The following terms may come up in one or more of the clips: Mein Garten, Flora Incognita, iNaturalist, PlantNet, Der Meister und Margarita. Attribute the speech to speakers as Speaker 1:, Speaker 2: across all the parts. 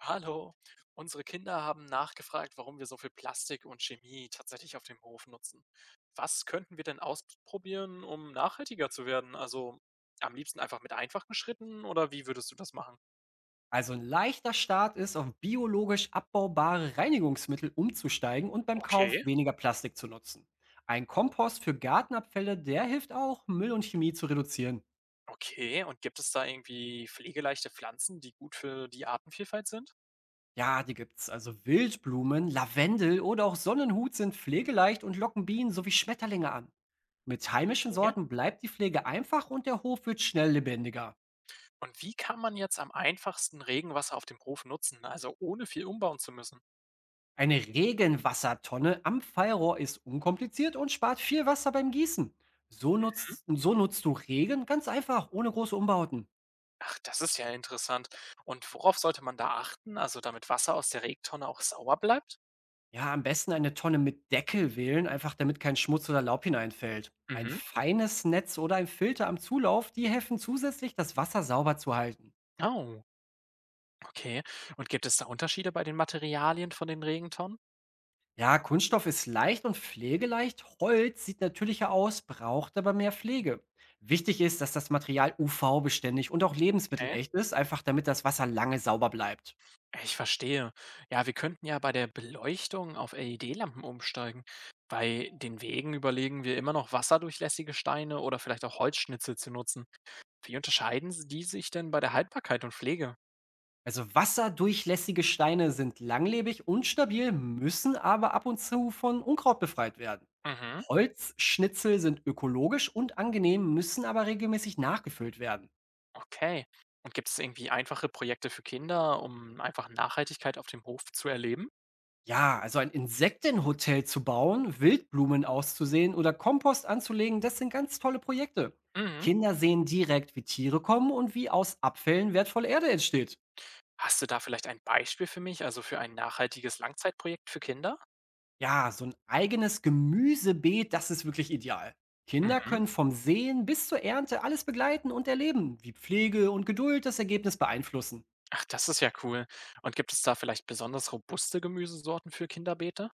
Speaker 1: Hallo, unsere Kinder haben nachgefragt, warum wir so viel Plastik und Chemie tatsächlich auf dem Hof nutzen. Was könnten wir denn ausprobieren, um nachhaltiger zu werden? Also am liebsten einfach mit einfachen Schritten oder wie würdest du das machen?
Speaker 2: Also ein leichter Start ist, auf biologisch abbaubare Reinigungsmittel umzusteigen und beim
Speaker 1: Okay.
Speaker 2: Kauf weniger Plastik zu nutzen. Ein Kompost für Gartenabfälle, der hilft auch, Müll und Chemie zu reduzieren.
Speaker 1: Okay, und gibt es da irgendwie pflegeleichte Pflanzen, die gut für die Artenvielfalt sind?
Speaker 2: Ja, die gibt's. Also Wildblumen, Lavendel oder auch Sonnenhut sind pflegeleicht und locken Bienen sowie Schmetterlinge an. Mit heimischen
Speaker 1: Okay.
Speaker 2: Sorten bleibt die Pflege einfach und der Hof wird schnell lebendiger.
Speaker 1: Und wie kann man jetzt am einfachsten Regenwasser auf dem Hof nutzen, also ohne viel umbauen zu müssen?
Speaker 2: Eine Regenwassertonne am Fallrohr ist unkompliziert und spart viel Wasser beim Gießen. So nutzt du Regen ganz einfach, ohne große Umbauten.
Speaker 1: Ach, das ist ja interessant. Und worauf sollte man da achten? Also, damit Wasser aus der Regentonne auch sauer bleibt?
Speaker 2: Ja, am besten eine Tonne mit Deckel wählen, einfach damit kein Schmutz oder Laub hineinfällt. Ein
Speaker 1: Mhm.
Speaker 2: feines Netz oder ein Filter am Zulauf, die helfen zusätzlich, das Wasser sauber zu halten.
Speaker 1: Oh, okay. Und gibt es da Unterschiede bei den Materialien von den Regentonnen?
Speaker 2: Ja, Kunststoff ist leicht und pflegeleicht. Holz sieht natürlicher aus, braucht aber mehr Pflege. Wichtig ist, dass das Material UV-beständig und auch
Speaker 1: Okay.
Speaker 2: lebensmittelecht ist, einfach damit das Wasser lange sauber bleibt.
Speaker 1: Ich verstehe. Ja, wir könnten ja bei der Beleuchtung auf LED-Lampen umsteigen. Bei den Wegen überlegen wir immer noch wasserdurchlässige Steine oder vielleicht auch Holzschnitzel zu nutzen. Wie unterscheiden die sich denn bei der Haltbarkeit und Pflege?
Speaker 2: Also wasserdurchlässige Steine sind langlebig und stabil, müssen aber ab und zu von Unkraut befreit werden.
Speaker 1: Mhm.
Speaker 2: Holzschnitzel sind ökologisch und angenehm, müssen aber regelmäßig nachgefüllt werden.
Speaker 1: Okay. Und gibt es irgendwie einfache Projekte für Kinder, um einfach Nachhaltigkeit auf dem Hof zu erleben?
Speaker 2: Ja, also ein Insektenhotel zu bauen, Wildblumen auszusehen oder Kompost anzulegen, das sind ganz tolle Projekte.
Speaker 1: Mhm.
Speaker 2: Kinder sehen direkt, wie Tiere kommen und wie aus Abfällen wertvolle Erde entsteht.
Speaker 1: Hast du da vielleicht ein Beispiel für mich, also für ein nachhaltiges Langzeitprojekt für Kinder?
Speaker 2: Ja, so ein eigenes Gemüsebeet, das ist wirklich ideal. Kinder
Speaker 1: Mhm.
Speaker 2: können vom Sehen bis zur Ernte alles begleiten und erleben, wie Pflege und Geduld das Ergebnis beeinflussen.
Speaker 1: Ach, das ist ja cool. Und gibt es da vielleicht besonders robuste Gemüsesorten für Kinderbeete?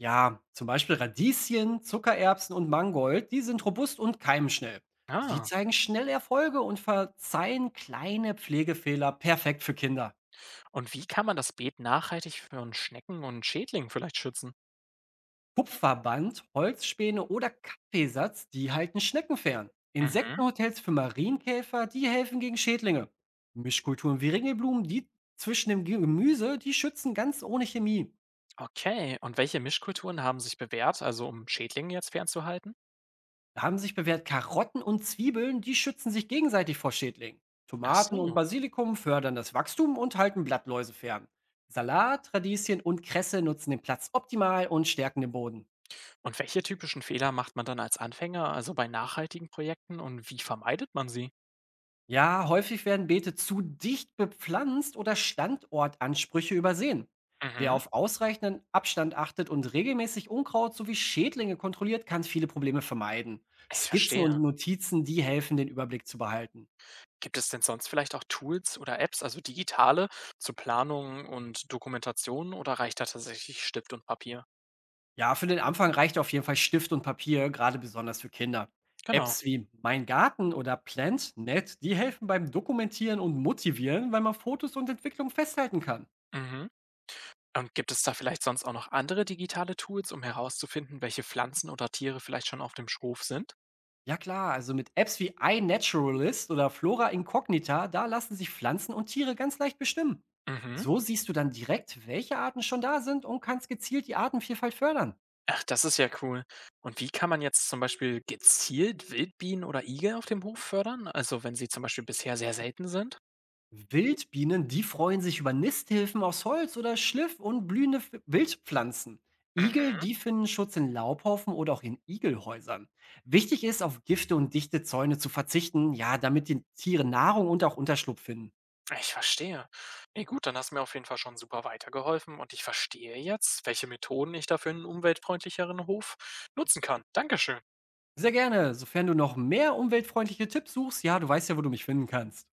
Speaker 2: Ja, zum Beispiel Radieschen, Zuckererbsen und Mangold, die sind robust und keimschnell. Sie
Speaker 1: Ah.
Speaker 2: zeigen schnell Erfolge und verzeihen kleine Pflegefehler perfekt für Kinder.
Speaker 1: Und wie kann man das Beet nachhaltig von Schnecken und Schädlingen vielleicht schützen?
Speaker 2: Kupferband, Holzspäne oder Kaffeesatz, die halten Schnecken fern.
Speaker 1: Mhm.
Speaker 2: Insektenhotels für Marienkäfer, die helfen gegen Schädlinge. Mischkulturen wie Ringelblumen, die zwischen dem Gemüse, die schützen ganz ohne Chemie.
Speaker 1: Okay. Und welche Mischkulturen haben sich bewährt, also um Schädlinge jetzt fernzuhalten?
Speaker 2: Haben sich bewährt, Karotten und Zwiebeln, die schützen sich gegenseitig vor Schädlingen.
Speaker 1: Ach
Speaker 2: Tomaten und
Speaker 1: so.
Speaker 2: Basilikum fördern das Wachstum und halten Blattläuse fern. Salat, Radieschen und Kresse nutzen den Platz optimal und stärken den Boden.
Speaker 1: Und welche typischen Fehler macht man dann als Anfänger, also bei nachhaltigen Projekten und wie vermeidet man sie?
Speaker 2: Ja, häufig werden Beete zu dicht bepflanzt oder Standortansprüche übersehen. Wer
Speaker 1: Mhm,
Speaker 2: auf ausreichenden Abstand achtet und regelmäßig Unkraut sowie Schädlinge kontrolliert, kann viele Probleme vermeiden.
Speaker 1: ich
Speaker 2: Skizzen
Speaker 1: verstehe.
Speaker 2: und Notizen, die helfen, den Überblick zu behalten.
Speaker 1: Gibt es denn sonst vielleicht auch Tools oder Apps, also digitale, zur Planung und Dokumentation oder reicht da tatsächlich Stift und Papier?
Speaker 2: Ja, für den Anfang reicht auf jeden Fall Stift und Papier, gerade besonders für Kinder.
Speaker 1: Genau.
Speaker 2: Apps wie Mein Garten oder PlantNet, die helfen beim Dokumentieren und Motivieren, weil man Fotos und Entwicklung festhalten kann.
Speaker 1: Mhm. Und gibt es da vielleicht sonst auch noch andere digitale Tools, um herauszufinden, welche Pflanzen oder Tiere vielleicht schon auf dem Schrof sind?
Speaker 2: Ja klar, also mit Apps wie iNaturalist oder Flora Incognita, da lassen sich Pflanzen und Tiere ganz leicht bestimmen.
Speaker 1: Mhm.
Speaker 2: So siehst du dann direkt, welche Arten schon da sind und kannst gezielt die Artenvielfalt fördern.
Speaker 1: Ach, das ist ja cool. Und wie kann man jetzt zum Beispiel gezielt Wildbienen oder Igel auf dem Hof fördern? Also wenn sie zum Beispiel bisher sehr selten sind?
Speaker 2: Wildbienen, die freuen sich über Nisthilfen aus Holz oder Schliff und blühende F Wildpflanzen.
Speaker 1: Mhm,
Speaker 2: Igel, die finden Schutz in Laubhaufen oder auch in Igelhäusern. Wichtig ist, auf Gifte und dichte Zäune zu verzichten, ja, damit die Tiere Nahrung und auch Unterschlupf finden.
Speaker 1: ich verstehe. Nee, gut, dann hast du mir auf jeden Fall schon super weitergeholfen und ich verstehe jetzt, welche Methoden ich dafür einen umweltfreundlicheren Hof nutzen kann. Dankeschön.
Speaker 2: Sehr gerne, sofern du noch mehr umweltfreundliche Tipps suchst, ja, du weißt ja, wo du mich finden kannst.